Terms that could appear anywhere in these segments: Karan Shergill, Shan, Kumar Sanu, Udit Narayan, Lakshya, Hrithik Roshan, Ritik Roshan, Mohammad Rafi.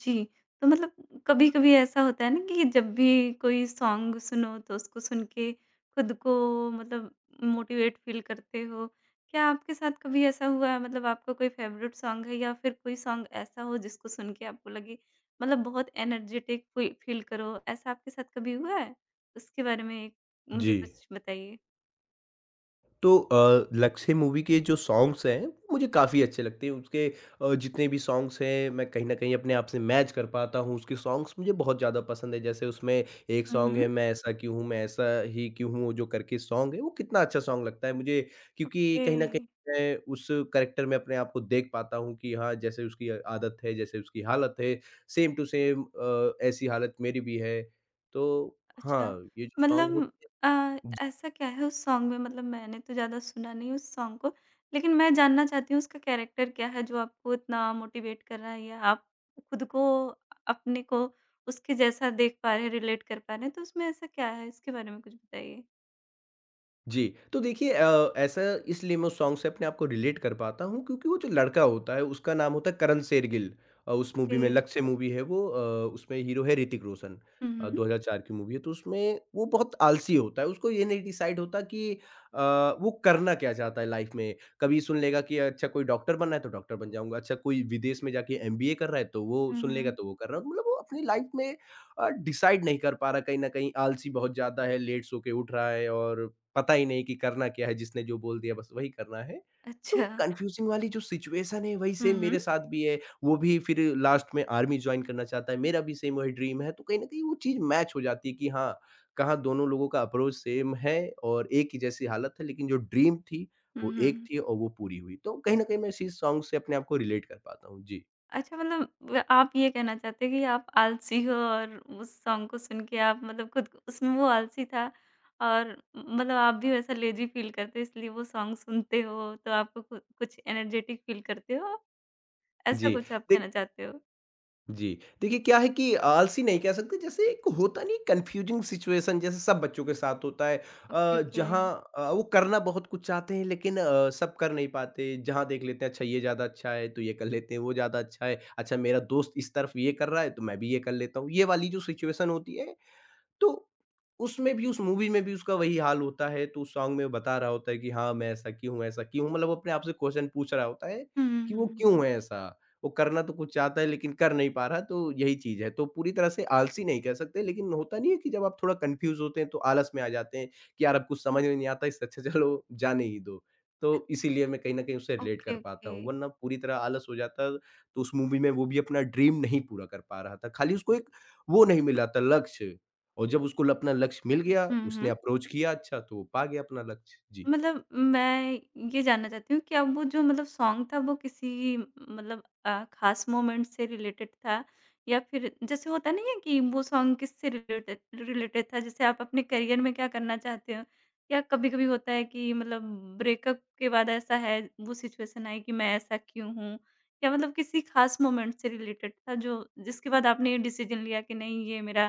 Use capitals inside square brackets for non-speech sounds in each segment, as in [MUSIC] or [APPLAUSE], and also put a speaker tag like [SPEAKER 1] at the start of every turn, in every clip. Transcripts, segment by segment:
[SPEAKER 1] जी। तो मतलब कभी-कभी ऐसा होता है ना कि जब भी कोई सॉन्ग सुनो तो उसको सुन के खुद को मतलब मोटिवेट फील करते हो। क्या आपके साथ कभी ऐसा हुआ है? मतलब आपका कोई फ़ेवरेट सॉन्ग है या फिर कोई सॉन्ग ऐसा हो जिसको सुन के आपको लगे मतलब बहुत एनर्जेटिक फी फील करो, ऐसा आपके साथ कभी हुआ है? उसके बारे में एक मुझे
[SPEAKER 2] जी।
[SPEAKER 1] कुछ बताइए।
[SPEAKER 2] तो लक्ष्य मूवी के जो सॉन्ग्स हैं, मुझे काफ़ी अच्छे लगते हैं। उसके जितने भी सॉन्ग्स हैं, मैं कहीं न कहीं अपने आप से मैच कर पाता हूँ। उसके सॉन्ग्स मुझे बहुत ज़्यादा पसंद हैं। जैसे उसमें एक
[SPEAKER 1] हुँ,
[SPEAKER 2] सॉन्ग है,
[SPEAKER 1] हुँ।
[SPEAKER 2] मैं ऐसा क्यों हूँ, मैं ऐसा ही क्यों हूँ, वो जो करके सॉन्ग है, वो कितना अच्छा सॉन्ग लगता है मुझे। क्योंकि
[SPEAKER 1] ओके।
[SPEAKER 2] कहीं न कहीं मैं उस कैरेक्टर में अपने आप को देख पाता हूँ कि हाँ, जैसे उसकी आदत है, जैसे उसकी हालत है, सेम टू सेम ऐसी हालत मेरी भी है। तो
[SPEAKER 1] अच्छा,
[SPEAKER 2] हाँ, ये जो सॉन्ग होते
[SPEAKER 1] मतलब
[SPEAKER 2] हैं
[SPEAKER 1] अ, ऐसा क्या है उस सॉन्ग में? मतलब मैंने तो ज़्यादा सुना नहीं उस सॉन्ग को, लेकिन मैं जानना चाहती हूँ उसका कैरेक्टर क्या है जो आपको इतना मोटिवेट कर रहा है, या आप खुद को, अपने को उसके जैसा देख पा रहे हैं, रिलेट कर पा रहे हैं, तो उसमें ऐसा क्या है? इसके बारे में कुछ बताइए।
[SPEAKER 2] जी, तो देखिए ऐसा इसलिए मैं उस सॉन्ग से अपने आप को रिलेट कर पाता हूँ क्योंकि वो जो लड़का होता है उसका नाम होता है करण शेरगिल उस मूवी
[SPEAKER 1] ओके।
[SPEAKER 2] में लक्ष्य मूवी है वो उसमें हीरो है ऋतिक रोशन
[SPEAKER 1] हुँ, हुँ।
[SPEAKER 2] 2004 की मूवी है तो उसमें वो बहुत आलसी होता है उसको ये नहीं डिसाइड होता कि अ, वो करना क्या चाहता है लाइफ में कभी सुन लेगा कि अच्छा कोई डॉक्टर बनना है तो डॉक्टर बन जाऊंगा अच्छा कोई विदेश में जाके एमबीए कर रहा है तो वो
[SPEAKER 1] हुँ,
[SPEAKER 2] सुन लेगा
[SPEAKER 1] हुँ।
[SPEAKER 2] तो वो कर रहा है मतलब वो अपनी लाइफ में डिसाइड नहीं कर पा रहा कहीं ना कहीं आलसी बहुत ज्यादा है लेट सो के उठ रहा है और पता ही नहीं कि करना क्या है, जिसने जो बोल दिया बस वही करना है। तो
[SPEAKER 1] अच्छा।
[SPEAKER 2] कन्फ्यूज़िंग वाली जो सिचुएशन है वही
[SPEAKER 1] हुँ,
[SPEAKER 2] सेम मेरे
[SPEAKER 1] हुँ।
[SPEAKER 2] साथ भी है। वो भी फिर लास्ट में आर्मी जॉइन करना चाहता है, मेरा भी सेम वही ड्रीम है। तो कहीं न कहीं वो चीज़ मैच हो जाती है कि हाँ, कहाँ दोनों लोगों का अप्रोच सेम है और एक ही जैसी हालत है लेकिन जो ड्रीम थी,
[SPEAKER 1] हुँ,
[SPEAKER 2] वो एक
[SPEAKER 1] हुँ।
[SPEAKER 2] थी और वो पूरी हुई। तो कहीं न कहीं मैं इसी सॉन्ग से अपने आप को रिलेट कर पाता हूँ। जी।
[SPEAKER 1] अच्छा, मतलब व आप ये कहना चाहते हो कि आप आलसी हो, और उस सॉन्ग को सुन के आप मतलब खुद को उसमें, वो आलसी था, और मतलब आप भी वैसा लेज़ी फ़ील करते हो, इसलिए वो सॉन्ग सुनते हो तो आपको कु कुछ एनर्जेटिक फ़ील करते हो, ऐसा
[SPEAKER 2] जी,
[SPEAKER 1] कुछ आप कहना
[SPEAKER 2] देखिए
[SPEAKER 1] चाहते हो?
[SPEAKER 2] जी। देखिए क्या है कि आलसी नहीं कह सकते जैसे एक होता नहीं कन्फ्यूजिंग सिचुएशन जैसे सब बच्चों के साथ होता है
[SPEAKER 1] ओके, ओके।
[SPEAKER 2] जहाँ वो करना बहुत कुछ चाहते हैं लेकिन सब कर नहीं पाते। जहाँ देख लेते हैं अच्छा ये ज़्यादा अच्छा है तो ये कर लेते हैं, वो ज़्यादा अच्छा है, अच्छा मेरा दोस्त इस तरफ ये कर रहा है तो मैं भी ये कर लेता हूँ। ये वाली जो सिचुएशन होती है तो उसमें भी, उस मूवी में भी उसका वही हाल होता है, तो उस सॉन्ग में वो बता रहा होता है कि हाँ, मैं ऐसा क्यों हूँ ऐसा क्यों हूँ? मतलब वो अपने आप से क्वेश्चन पूछ रहा होता है
[SPEAKER 1] हुँ, हुँ,
[SPEAKER 2] कि वो
[SPEAKER 1] हुँ,
[SPEAKER 2] क्यों
[SPEAKER 1] हुँ।
[SPEAKER 2] है ऐसा? वो करना तो कुछ चाहता है लेकिन कर नहीं पा रहा, तो यही चीज़ है। तो पूरी तरह से आलसी नहीं कह सकते, लेकिन होता नहीं है कि जब आप थोड़ा कन्फ्यूज़ होते हैं, तो आलस में आ जाते हैं कि यार अब कुछ समझ में नहीं आता, इससे अच्छा चलो जाने ही दो।
[SPEAKER 1] अ
[SPEAKER 2] तो इसीलिए मैं कहीं न कहीं उससे रिलेट कर
[SPEAKER 1] ओके,
[SPEAKER 2] पाता
[SPEAKER 1] ओके।
[SPEAKER 2] हूँ, वरना पूरी तरह आलस हो जाता, तो उस मूवी में वो भी अपना ड्रीम नहीं पूरा कर पा रहा था। खाली उसको एक वो नहीं मिला था लक्ष्य। और जब उसको ल अपना लक्ष्य मिल गया,
[SPEAKER 1] हुँ,
[SPEAKER 2] उसने
[SPEAKER 1] हुँ।
[SPEAKER 2] अप्रोच किया अच्छा, तो वो पा गया अपना लक्ष्य। जी।
[SPEAKER 1] मतलब मैं ये जानना चाहती हूँ, क्या वो जो मतलब सॉन्ग था वो किसी मतलब ख़ास मोमेंट से रिलेटेड था? या फिर जैसे होता नहीं है कि वो सॉन्ग किससे रिलेटेड रिलेटेड था? जैसे आप अपने करियर में क्या करना चाहते हो? या कभी-कभी होता है कि मतलब ब्रेकअप के बाद ऐसा है, वो सिचुएशन आई कि मैं ऐसा क्यों हूँ? या मतलब किसी ख़ास मोमेंट से रिलेटेड था जो जिसके बाद आपने ये डिसीज़न लिया कि नहीं, ये मेरा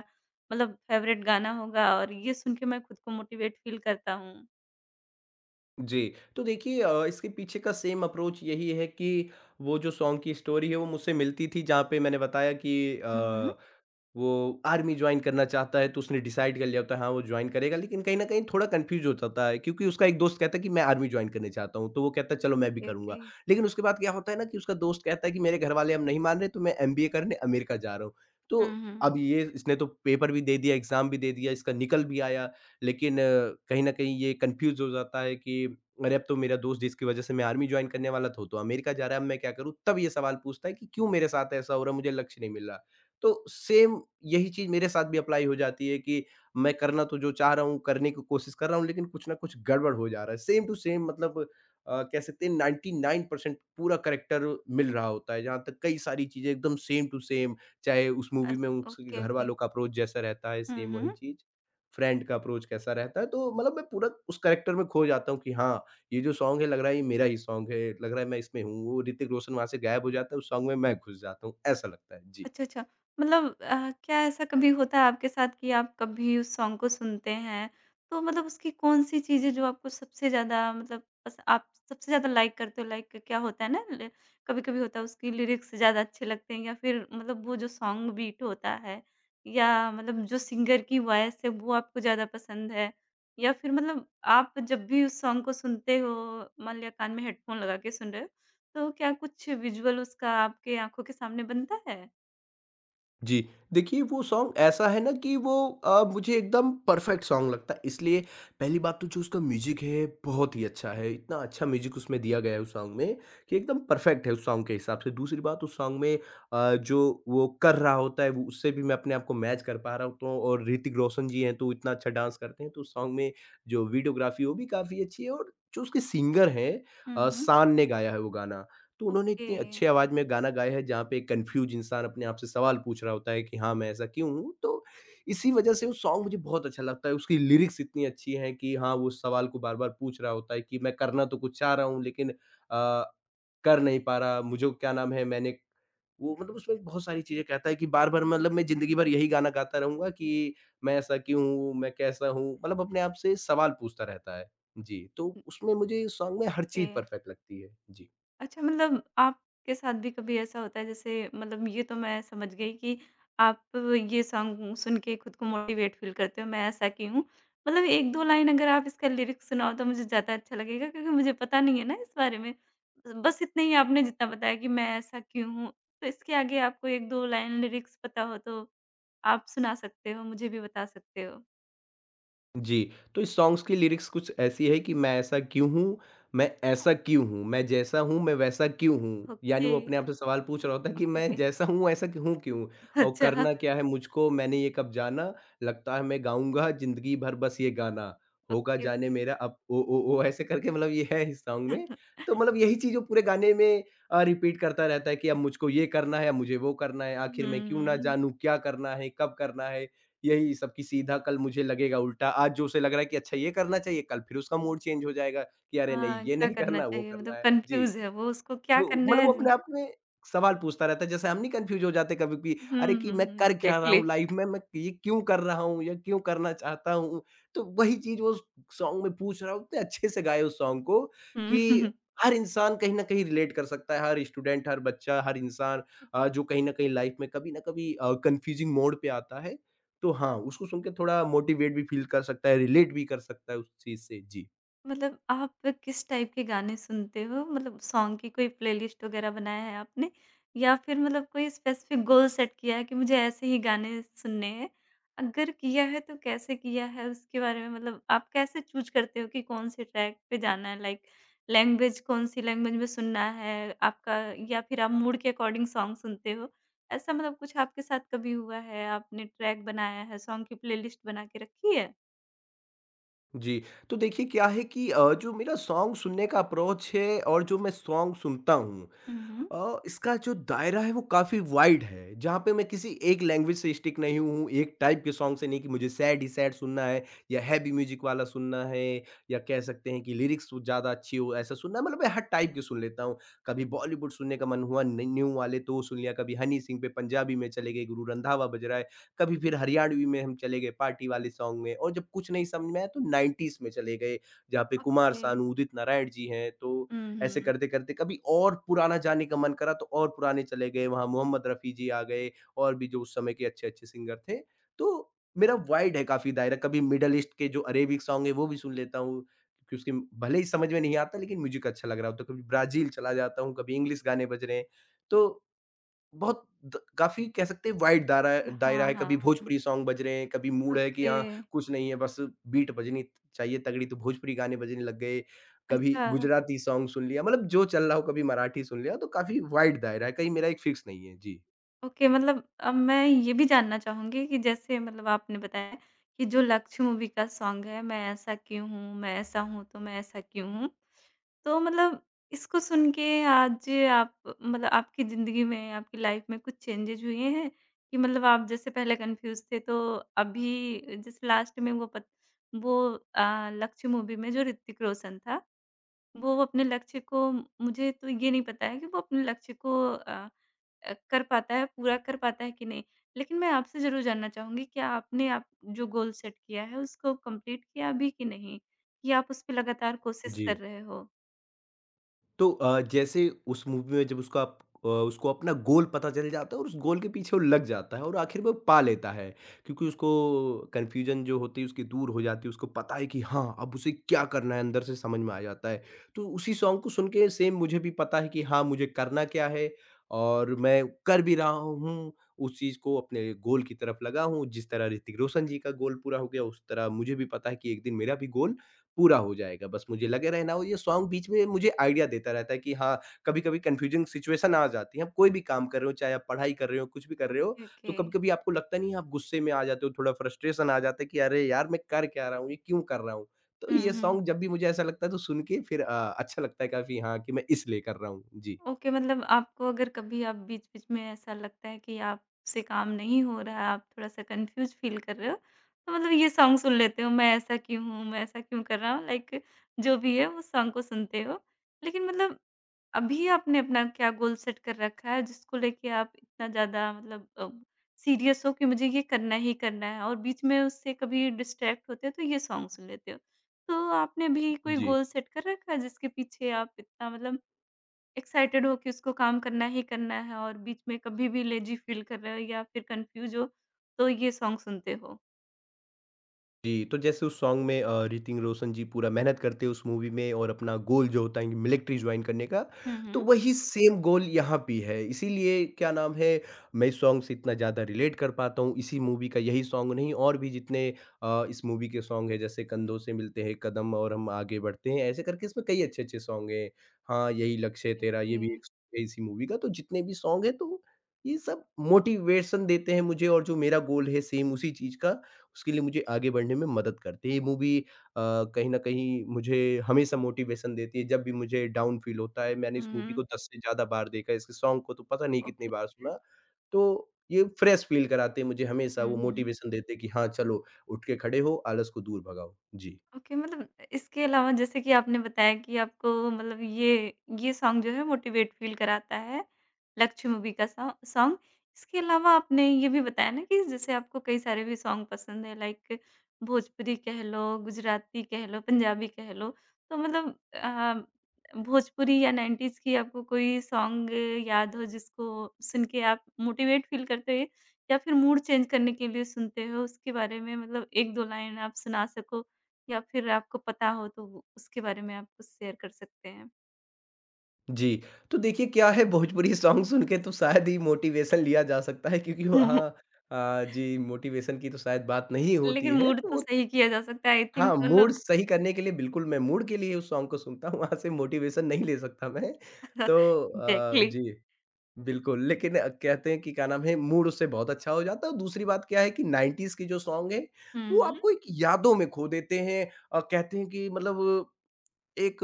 [SPEAKER 1] मतलब फ़ेवरेट गाना होगा और ये सुन के मैं खुद को मोटिवेट फ़ील करता हूँ?
[SPEAKER 2] जी। तो देखिए इसके पीछे का सेम अप्रोच यही है कि वो जो सॉन्ग की स्टोरी है वो मुझसे मिलती थी जहाँ पे मैंने बताया कि
[SPEAKER 1] हुँ, हुँ।
[SPEAKER 2] अ वो आर्मी जॉइन करना चाहता है तो उसने डिसाइड कर लिया होता है हाँ वो जॉइन करेगा लेकिन कहीं न कहीं थोड़ा कन्फ्यूज़ हो जाता है क्योंकि उसका एक दोस्त कहता है कि मैं आर्मी जॉइन करने चाहता हूँ, तो वो कहता है चलो मैं भी
[SPEAKER 1] ओके,
[SPEAKER 2] करूँगा।
[SPEAKER 1] ओके।
[SPEAKER 2] लेकिन उसके बाद क्या होता है ना कि उसका दोस्त कहता है कि मेरे घरवाले अब नहीं मान रहे तो मैं एमबीए करने अमेरिका जा रहा हूँ। तो
[SPEAKER 1] हुँ, हुँ।
[SPEAKER 2] अब ये इसने तो पेपर भी दे दिया, एग्ज़ाम भी दे दिया, इसका निकल भी आया लेकिन कहीं न कहीं ये कन्फ्यूज़ हो जाता है कि अरे अब तो मेरा दोस्त जिसकी वज़ह से मैं आर्मी जॉइन करने वाला था वो तो अमेरिका जा रहा है, अब मैं क्या करूँ? तब ये सवाल पूछता है कि क्यों मेरे साथ ऐसा हो रहा है? मुझे लक्ष्य नहीं मिल रहा। तो सेम यही चीज़ मेरे साथ भी अप्लाई हो जाती है कि मैं करना तो जो चाह रहा हूँ, करने की कोशिश कर रहा हूँ, लेकिन कुछ ना कुछ गड़बड़ हो जा रहा है। सेम टू सेम मतलब कह सकते हैं 99% पूरा करैक्टर मिल रहा होता है, जहाँ तक कई सारी चीज़ें एकदम सेम टू सेम, चाहे उस
[SPEAKER 1] अ,
[SPEAKER 2] मूवी में उसके
[SPEAKER 1] ओके, ओके।
[SPEAKER 2] घरवालों का अप्रोच जैसा रहता है,
[SPEAKER 1] हुँ,
[SPEAKER 2] सेम वही
[SPEAKER 1] हुँ।
[SPEAKER 2] चीज़, फ्रेंड का अप्रोच कैसा रहता है, तो मतलब मैं पूरा उस करैक्टर में खो जाता हूँ कि हाँ, ये जो सॉन्ग है लग रहा है ये मेरा ही सॉन्ग है, लग रहा है मैं इसमें हूँ। वो ऋतिक रोशन वहाँ से गायब हो जाता है, उस सॉन्ग में मैं घुस जाता हूँ, ऐसा लगता है। जी।
[SPEAKER 1] अच्छा, अच्छा। मतलब क्या ऐसा कभी होता है आपके साथ कि आप कभी उस सॉन्ग को सुनते हैं, तो मतलब उसकी कौन-सी चीज़ें जो आपको सबसे ज़्यादा मतलब पस आप सबसे ज़्यादा लाइक करते हो? लाइक क्या होता है ना, ल कभी-कभी होता है उसकी लिरिक्स ज़्यादा अच्छे लगते हैं, या फिर मतलब वो जो सॉन्ग बीट होता है, या मतलब जो सिंगर की वॉइस है वो आपको ज़्यादा पसंद है? या फिर मतलब आप जब भी उस सॉन्ग को सुनते हो, मान लिया कान में हेडफ़ोन लगा के सुन रहे हो, तो क्या कुछ विज़ुअल उसका आपके आँखों के सामने बनता है?
[SPEAKER 2] जी, देखिए वो सॉन्ग ऐसा है ना कि वो मुझे एकदम परफेक्ट सॉन्ग लगता है इसलिए पहली बात तो जो उसका म्यूज़िक है बहुत ही अच्छा है, इतना अच्छा म्यूज़िक उसमें दिया गया है उस सॉन्ग में कि एकदम परफेक्ट है उस सॉन्ग के हिसाब से। दूसरी बात उस सॉन्ग में जो वो कर रहा होता है वो उससे भी मैं अपने आप को मैच कर पा रहा होता हूँ और ऋतिक रोशन जी हैं तो वो इतना अच्छा डांस करते हैं तो उस सॉन्ग में जो वीडियोग्राफ़ी है वो भी काफ़ी अच्छी है और जो उसके सिंगर हैं
[SPEAKER 1] हुँ, हुँ।
[SPEAKER 2] शान ने गाया है वो गाना। तो उन्होंने
[SPEAKER 1] ओके,
[SPEAKER 2] इतनी अच्छी आवाज़ में गाना गाया है जहाँ पे एक कन्फ्यूज़ इंसान अपने आप से सवाल पूछ रहा होता है कि हाँ, मैं ऐसा क्यों हूँ? तो इसी वज़ह से वो सॉन्ग मुझे बहुत अच्छा लगता है। उसकी लिरिक्स इतनी अच्छी हैं कि हाँ, वो उस सवाल को बार-बार पूछ रहा होता है कि मैं करना तो कुछ चाह रहा हूँ लेकिन कर नहीं पा रहा, मुझे क्या नाम है मैंने वो मतलब उसमें बहुत सारी चीज़ें कहता है कि बार-बार मतलब मैं ज़िंदगी भर यही गाना गाता रहूँगा कि मैं ऐसा क्यों हूँ? मैं कैसा हूँ? मतलब अपने आप से सवाल पूछता रहता है। जी, तो
[SPEAKER 1] हुँ।
[SPEAKER 2] उसमें मुझे सॉन्ग में हर
[SPEAKER 1] ओके।
[SPEAKER 2] चीज़ परफ़ेक्ट लगती है। जी।
[SPEAKER 1] अच्छा, मतलब आपके साथ भी कभी ऐसा होता है जैसे, मतलब ये तो मैं समझ गई कि आप ये सॉन्ग सुन के खुद को मोटिवेट फ़ील करते हो, मैं ऐसा की हूँ। मतलब 1-2 लाइन अगर आप इसका लिरिक्स सुनाओ तो मुझे ज़्यादा अच्छा लगेगा, क्योंकि मुझे पता नहीं है ना इस बारे में। बस इतना ही आपने जितना बताया कि मैं ऐसा क्यों हूँ, तो इसके आगे आपको 1-2 लाइन लिरिक्स पता हो तो आप सुना सकते हो, मुझे भी बता सकते हो।
[SPEAKER 2] जी, तो इस सॉन्ग्स की लिरिक्स कुछ ऐसी है कि मैं ऐसा क्यों हूँ, मैं ऐसा क्यों हूँ, मैं जैसा हूँ, मैं वैसा क्यों हूँ? यानी
[SPEAKER 1] ओके,
[SPEAKER 2] वो अपने आप से सवाल पूछ रहा होता है
[SPEAKER 1] ओके,
[SPEAKER 2] कि मैं
[SPEAKER 1] ओके।
[SPEAKER 2] जैसा हूँ, ऐसा क्यों हूँ क्यों?
[SPEAKER 1] [LAUGHS]
[SPEAKER 2] और
[SPEAKER 1] अच्छा,
[SPEAKER 2] करना क्या है मुझको, मैंने ये कब जाना? लगता है मैं गाऊँगा ज़िंदगी भर बस ये गाना, होगा
[SPEAKER 1] ओके,
[SPEAKER 2] जाने
[SPEAKER 1] ओके।
[SPEAKER 2] मेरा अब ओ ओ ओ ऐसे करके मतलब ये है इस सॉन्ग में।
[SPEAKER 1] [LAUGHS]
[SPEAKER 2] तो मतलब यही चीज़ वो पूरे गाने में रिपीट करता रहता है कि अब मुझको ये करना है, अब मुझे वो करना है, आखिर मैं क्यों ना
[SPEAKER 1] हुँ।
[SPEAKER 2] जानूँ, क्या करना है, कब करना है? यही सब कि सीधा कल मुझे लगेगा उल्टा, आज जो उसे लग रहा है कि अच्छा ये करना चाहिए, कल फिर उसका मूड चेंज हो जाएगा कि अरे नहीं,
[SPEAKER 1] हाँ,
[SPEAKER 2] ये
[SPEAKER 1] क्या
[SPEAKER 2] नहीं
[SPEAKER 1] करना
[SPEAKER 2] करना, वो
[SPEAKER 1] चाहिए?
[SPEAKER 2] करना
[SPEAKER 1] मतलब
[SPEAKER 2] है। जी।
[SPEAKER 1] कन्फ्यूज़ है वो, उसको क्या
[SPEAKER 2] तो
[SPEAKER 1] करना
[SPEAKER 2] मतलब
[SPEAKER 1] है
[SPEAKER 2] वो अपने
[SPEAKER 1] ज़िन
[SPEAKER 2] आप में सवाल पूछता रहता है, जैसे हम नहीं कन्फ्यूज़ हो जाते कभी भी,
[SPEAKER 1] हुँ,
[SPEAKER 2] अरे! कि
[SPEAKER 1] हुँ,
[SPEAKER 2] मैं
[SPEAKER 1] हुँ।
[SPEAKER 2] कर क्या रहा
[SPEAKER 1] एग्ज़ैक्टली।
[SPEAKER 2] हूँ लाइफ़ में, मैं ये क्यों कर रहा हूँ या क्यों करना चाहता हूँ? तो वही चीज़ वो सॉन्ग में पूछ रहा है, उतने अच्छे से गाया उस सॉन्ग को कि
[SPEAKER 1] हुँ। [LAUGHS]
[SPEAKER 2] हर इंसान कहीं न कहीं रिलेट कर सकता है, हर स्टूडेंट, हर बच्चा, हर इंसान जो कहीं न कहीं लाइफ़ में कभी न कभी कन्फ्यूज़िंग मोड़ पे आता है। तो हाँ, उसको सुन के थोड़ा मोटिवेट भी फ़ील कर सकता है, रिलेट भी कर सकता है उस चीज़ से। जी।
[SPEAKER 1] मतलब आप किस टाइप के गाने सुनते हो? मतलब सॉन्ग की कोई प्लेलिस्ट वगैरह बनाया है आपने? या फिर मतलब कोई स्पेसिफिक गोल सेट किया है कि मुझे ऐसे ही गाने सुनने हैं? अगर किया है तो कैसे किया है? उसके बारे में मतलब आप कैसे चूज़ करते हो कि कौन-से ट्रैक पे जाना है? लाइक लैंग्वेज, कौन-सी लैंग्वेज में सुनना है आपका, या फिर आप मूड के अकॉर्डिंग सॉन्ग सुनते हो? ऐसा मतलब कुछ आपके साथ कभी हुआ है? आपने ट्रैक बनाया है, सॉन्ग की प्लेलिस्ट बना के रखी है?
[SPEAKER 2] जी, तो देखिए क्या है कि जो मेरा सॉन्ग सुनने का अप्रोच है और जो मैं सॉन्ग सुनता हूँ,
[SPEAKER 1] हुँ, हुँ।
[SPEAKER 2] इसका जो दायरा है वो काफ़ी वाइड है, जहाँ पे मैं किसी एक लैंग्वेज से स्टिक नहीं हूँ, एक टाइप के सॉन्ग से नहीं कि मुझे सैड ही सैड सुनना है या हैवी म्यूज़िक वाला सुनना है या कह सकते हैं कि लिरिक्स ज़्यादा अच्छी हो ऐसा सुनना है, मतलब मैं हर टाइप के सुन लेता हूँ। कभी बॉलीवुड सुनने का मन हुआ न न्यू वाले तो वो सुन लिया, कभी हनी सिंह पे पंजाबी में चले गए, गुरु रंधावा बज रहा है, कभी फिर हरियाणवी में हम चले गए पार्टी वाले सॉन्ग में और जब कुछ नहीं समझ में आया तो 90s में चले गए, जहाँ पे कुमार
[SPEAKER 1] ओके।
[SPEAKER 2] सानू, उदित नारायण जी हैं। तो
[SPEAKER 1] हुँ,
[SPEAKER 2] ऐसे
[SPEAKER 1] हुँ।
[SPEAKER 2] करते-करते कभी और पुराना जाने का मन करा तो और पुराने चले गए, वहाँ मोहम्मद रफ़ी जी आ गए और भी जो उस समय के अच्छे-अच्छे सिंगर थे। तो मेरा वाइड है काफ़ी दायरा, कभी मिडल ईस्ट के जो अरेबिक सॉन्ग हैं वो भी सुन लेता हूँ, क्योंकि उसके भले ही समझ में नहीं आता लेकिन म्यूज़िक अच्छा लग रहा हो, तो कभी ब्राज़ील चला जाता हूँ, कभी इंग्लिश गाने बज रहे हैं। तो बहुत द काफ़ी कह सकते हैं वाइड दायरा दायरा
[SPEAKER 1] हाँ,
[SPEAKER 2] है,
[SPEAKER 1] हाँ,
[SPEAKER 2] कभी
[SPEAKER 1] हुँ।
[SPEAKER 2] भोजपुरी सॉन्ग बज रहे हैं, कभी मूड है कि
[SPEAKER 1] ओके।
[SPEAKER 2] हाँ, कुछ नहीं है बस बीट बजनी चाहिए तगड़ी तो भोजपुरी गाने बजने लग गए, कभी
[SPEAKER 1] अच्छा,
[SPEAKER 2] गुजराती सॉन्ग सुन लिया मतलब जो चल रहा हो, कभी मराठी सुन लिया, तो काफ़ी वाइड दायरा है, कहीं मेरा एक फिक्स नहीं है। जी।
[SPEAKER 1] ओके, मतलब अब मैं ये भी जानना चाहूँगी कि जैसे मतलब आपने बताया कि जो लक्ष्य मूवी का सॉन्ग है, मैं ऐसा क्यों हूँ, मैं ऐसा हूँ तो मैं ऐसा क्यों हूँ। तो मतलब इसको सुन के आज आप, मतलब आपकी ज़िंदगी में, आपकी लाइफ़ में कुछ चेंजेज़ हुए हैं? कि मतलब आप जैसे पहले कन्फ्यूज़ थे तो अभी जैसे लास्ट में वो पत वो लक्ष्य मूवी में जो ऋतिक रोशन था वो अपने लक्ष्य को, मुझे तो ये नहीं पता है कि वो अपने लक्ष्य को कर पाता है, पूरा कर पाता है कि नहीं? लेकिन मैं आपसे ज़रूर जानना चाहूँगी, क्या आपने आप जो गोल सेट किया है उसको कंप्लीट किया अभी कि नहीं? या आप उस पे लगातार कोशिश
[SPEAKER 2] जी।
[SPEAKER 1] कर रहे हो?
[SPEAKER 2] तो अ, जैसे उस मूवी में जब उसको उसको अपना गोल पता चल जाता है और उस गोल के पीछे वो लग जाता है और आखिर में वो पा लेता है क्योंकि उसको कन्फ्यूजन जो होती है उसकी दूर हो जाती है, उसको पता है कि हाँ अब उसे क्या करना है, अंदर से समझ में आ जाता है। तो उसी सॉन्ग को सुन के सेम मुझे भी पता है कि हाँ मुझे करना क्या है और मैं कर भी रहा हूँ, उस चीज़ को अपने गोल की तरफ लगा हूँ। जिस तरह ऋतिक रोशन जी का गोल पूरा हो गया उस तरह मुझे भी पता है कि एक दिन मेरा भी गोल पूरा हो जाएगा। बस मुझे लगे रहना हो। ये सॉन्ग बीच में मुझे आइडिया देता रहता है कि हाँ, कभी-कभी कन्फ्यूजिंग सिचुएशन आ जाती है। आप कोई भी काम कर रहे हो, चाहे आप पढ़ाई कर रहे हो, कुछ भी कर रहे हो,
[SPEAKER 1] ओके,
[SPEAKER 2] तो
[SPEAKER 1] ओके।
[SPEAKER 2] कभी-कभी आपको लगता नहीं है आप गुस्से में आ जाते हो, थोड़ा फ्रस्ट्रेशन आ जाता है कि अरे यार! मैं कर क्या रहा हूँ? ये क्यों कर रहा हूँ? तो
[SPEAKER 1] हुँ,
[SPEAKER 2] ये
[SPEAKER 1] हुँ।
[SPEAKER 2] सॉन्ग जब भी मुझे ऐसा लगता है तो सुन के फिर अच्छा लगता है काफ़ी हाँ, कि मैं इसलिए कर रहा हूँ। जी।
[SPEAKER 1] ओके, मतलब आपको अगर कभी आप बीच-बीच में ऐसा लगता है कि आपसे काम नहीं हो रहा है, आप थोड़ा-सा कन्फ्यूज़ फ़ील कर रहे हो, तो मतलब ये सॉन्ग सुन लेते हो, मैं ऐसा क्यों हूँ, मैं ऐसा क्यों कर रहा हूँ, लाइक जो भी है उस सॉन्ग को सुनते हो। लेकिन मतलब अभी आपने अपना क्या गोल सेट कर रखा है जिसको लेके आप इतना ज़्यादा, मतलब सीरियस हो कि मुझे ये करना ही करना है, और बीच में उससे कभी डिस्ट्रैक्ट होते हो तो ये सॉन्ग सुन लेते हो। तो आपने अभी कोई
[SPEAKER 2] जी।
[SPEAKER 1] गोल सेट कर रखा है जिसके पीछे आप इतना मतलब एक्साइटेड हो कि उसको काम करना ही करना है, और बीच में कभी भी लेज़ी फील कर रहे हो या फिर कन्फ्यूज़ हो, तो ये सॉन्ग सुनते हो?
[SPEAKER 2] जी, तो जैसे उस सॉन्ग में ऋतिक रोशन जी पूरा मेहनत करते हैं उस मूवी में और अपना गोल जो होता है कि मिलिट्री जॉइन करने का,
[SPEAKER 1] हुँ,
[SPEAKER 2] तो
[SPEAKER 1] हुँ।
[SPEAKER 2] वही सेम गोल यहाँ भी है। इसीलिए क्या नाम है, मैं इस सॉन्ग से इतना ज़्यादा रिलेट कर पाता हूँ। इसी मूवी का यही सॉन्ग नहीं और भी जितने इस मूवी के सॉन्ग हैं, जैसे कंधों से मिलते हैं कदम और हम आगे बढ़ते हैं, ऐसे करके इसमें कई अच्छे-अच्छे सॉन्ग हैं। हाँ, यही लक्ष्य है तेरा
[SPEAKER 1] ओके।
[SPEAKER 2] ये भी एक सॉन्ग है इसी मूवी का, तो जितने भी सॉन्ग हैं तो ये सब मोटिवेशन देते हैं मुझे और जो मेरा गोल है सेम उसी चीज़ का, उसके लिए मुझे आगे बढ़ने में मदद करती है। ये मूवी कहीं न कहीं मुझे हमेशा मोटिवेशन देती है, जब भी मुझे डाउन फील होता है। मैंने
[SPEAKER 1] हुँ,
[SPEAKER 2] इस मूवी
[SPEAKER 1] हुँ।
[SPEAKER 2] को 10 से ज़्यादा बार देखा है, इसके सॉन्ग को तो पता नहीं कितनी
[SPEAKER 1] ओके।
[SPEAKER 2] बार
[SPEAKER 1] हुँ।
[SPEAKER 2] सुना। तो ये फ्रेश फील कराते हैं मुझे हमेशा,
[SPEAKER 1] हुँ,
[SPEAKER 2] वो
[SPEAKER 1] हुँ।
[SPEAKER 2] मोटिवेशन देते हैं कि हाँ, चलो उठ के खड़े हो, आलस को दूर भगाओ। जी।
[SPEAKER 1] ओके, मतलब इसके अलावा जैसे कि आपने बताया कि आपको, मतलब ये सॉन्ग जो है मोटिवेट फ़ील कराता है, लक्ष्य मूवी का सॉ सॉन्ग। इसके अलावा आपने ये भी बताया ना कि जैसे आपको कई सारे भी सॉन्ग पसंद हैं, लाइक भोजपुरी कह लो, गुजराती कह लो, पंजाबी कह लो। तो मतलब भोजपुरी या 90s की आपको कोई सॉन्ग याद हो जिसको सुन के आप मोटिवेट फ़ील करते हो या फिर मूड चेंज करने के लिए सुनते हो, उसके बारे में मतलब 1-2 लाइन आप सुना सको? या फिर आपको पता हो तो वो उसके बारे में आप कुछ शेयर कर सकते हैं।
[SPEAKER 2] जी, तो देखिए क्या है, भोजपुरी [LAUGHS] सॉन्ग सुन के तो शायद ही मोटिवेशन लिया जा सकता है क्योंकि वहाँ
[SPEAKER 1] [LAUGHS]
[SPEAKER 2] जी मोटिवेशन की तो शायद बात नहीं होती
[SPEAKER 1] लेकिन
[SPEAKER 2] है,
[SPEAKER 1] मूड
[SPEAKER 2] तो
[SPEAKER 1] तो
[SPEAKER 2] वो
[SPEAKER 1] सही किया जा सकता है, आई थिंक।
[SPEAKER 2] हाँ, मूड
[SPEAKER 1] मतलब
[SPEAKER 2] सही करने के लिए बिल्कुल मैं मूड के लिए उस सॉन्ग को सुनता हूँ, वहाँ से मोटिवेशन नहीं ले सकता मैं। तो
[SPEAKER 1] एग्ज़ैक्टली।
[SPEAKER 2] जी, बिल्कुल लेकिन कहते हैं कि क्या नाम है मूड उससे बहुत अच्छा हो जाता है और दूसरी बात क्या है कि 90s के जो सॉन्ग हैं, वो
[SPEAKER 1] हुँ, हुँ,
[SPEAKER 2] आपको एक यादों में खो देते हैं। कहते हैं कि मतलब एक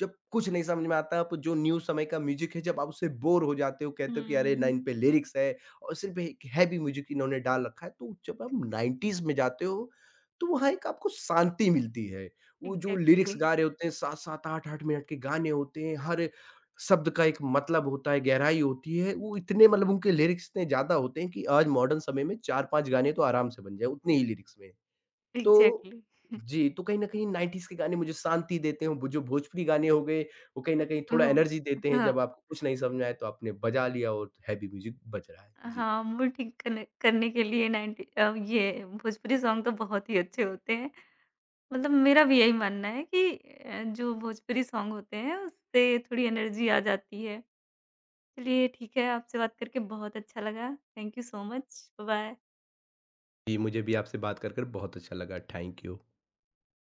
[SPEAKER 2] जब कुछ नहीं समझ में आता, आप जो न्यू समय का म्यूज़िक है, जब आप उससे बोर हो जाते हो, कहते हो कि अरे ना
[SPEAKER 1] हुँ,
[SPEAKER 2] इन पे लिरिक्स है और सिर्फ़ एक हैवी म्यूज़िक इन्होंने डाल रखा है, तो जब आप 90s में जाते हो, तो वहाँ एक आपको शांति मिलती है। वो जो लिरिक्स
[SPEAKER 1] एग्ज़ैक्टली,
[SPEAKER 2] गा रहे होते हैं, 7-7, 8-8 मिनट के गाने होते हैं, हर शब्द का एक मतलब होता है, गहराई होती है, वो इतने मतलब उनके लिरिक्स इतने ज़्यादा होते हैं कि आज मॉडर्न समय में 4-5 गाने तो आराम से बन जाएँ, उतने ही लिरिक्स में। तो
[SPEAKER 1] एग्ज़ैक्टली।
[SPEAKER 2] जी, तो कहीं न कहीं 90s के गाने मुझे शांति देते हैं, वो जो भोजपुरी गाने हो गए, वो कहीं न कहीं थोड़ा
[SPEAKER 1] वो
[SPEAKER 2] एनर्जी देते हैं, जब
[SPEAKER 1] हाँ।
[SPEAKER 2] आपको कुछ नहीं समझ में आए तो आपने बजा लिया और हैवी म्यूज़िक बज रहा है। जी।
[SPEAKER 1] हाँ, मूड ठीक करने करने के लिए 90 ये भोजपुरी सॉन्ग तो बहुत ही अच्छे होते हैं। मतलब मेरा भी यही मानना है कि जो भोजपुरी सॉन्ग होते हैं उससे थोड़ी एनर्जी आ जाती है। चलिए ठीक है, आपसे बात करके बहुत अच्छा लगा। Thank you so much. Bye bye.
[SPEAKER 2] जी, मुझे भी आपसे बात कर कर बहुत अच्छा लगा। Thank you.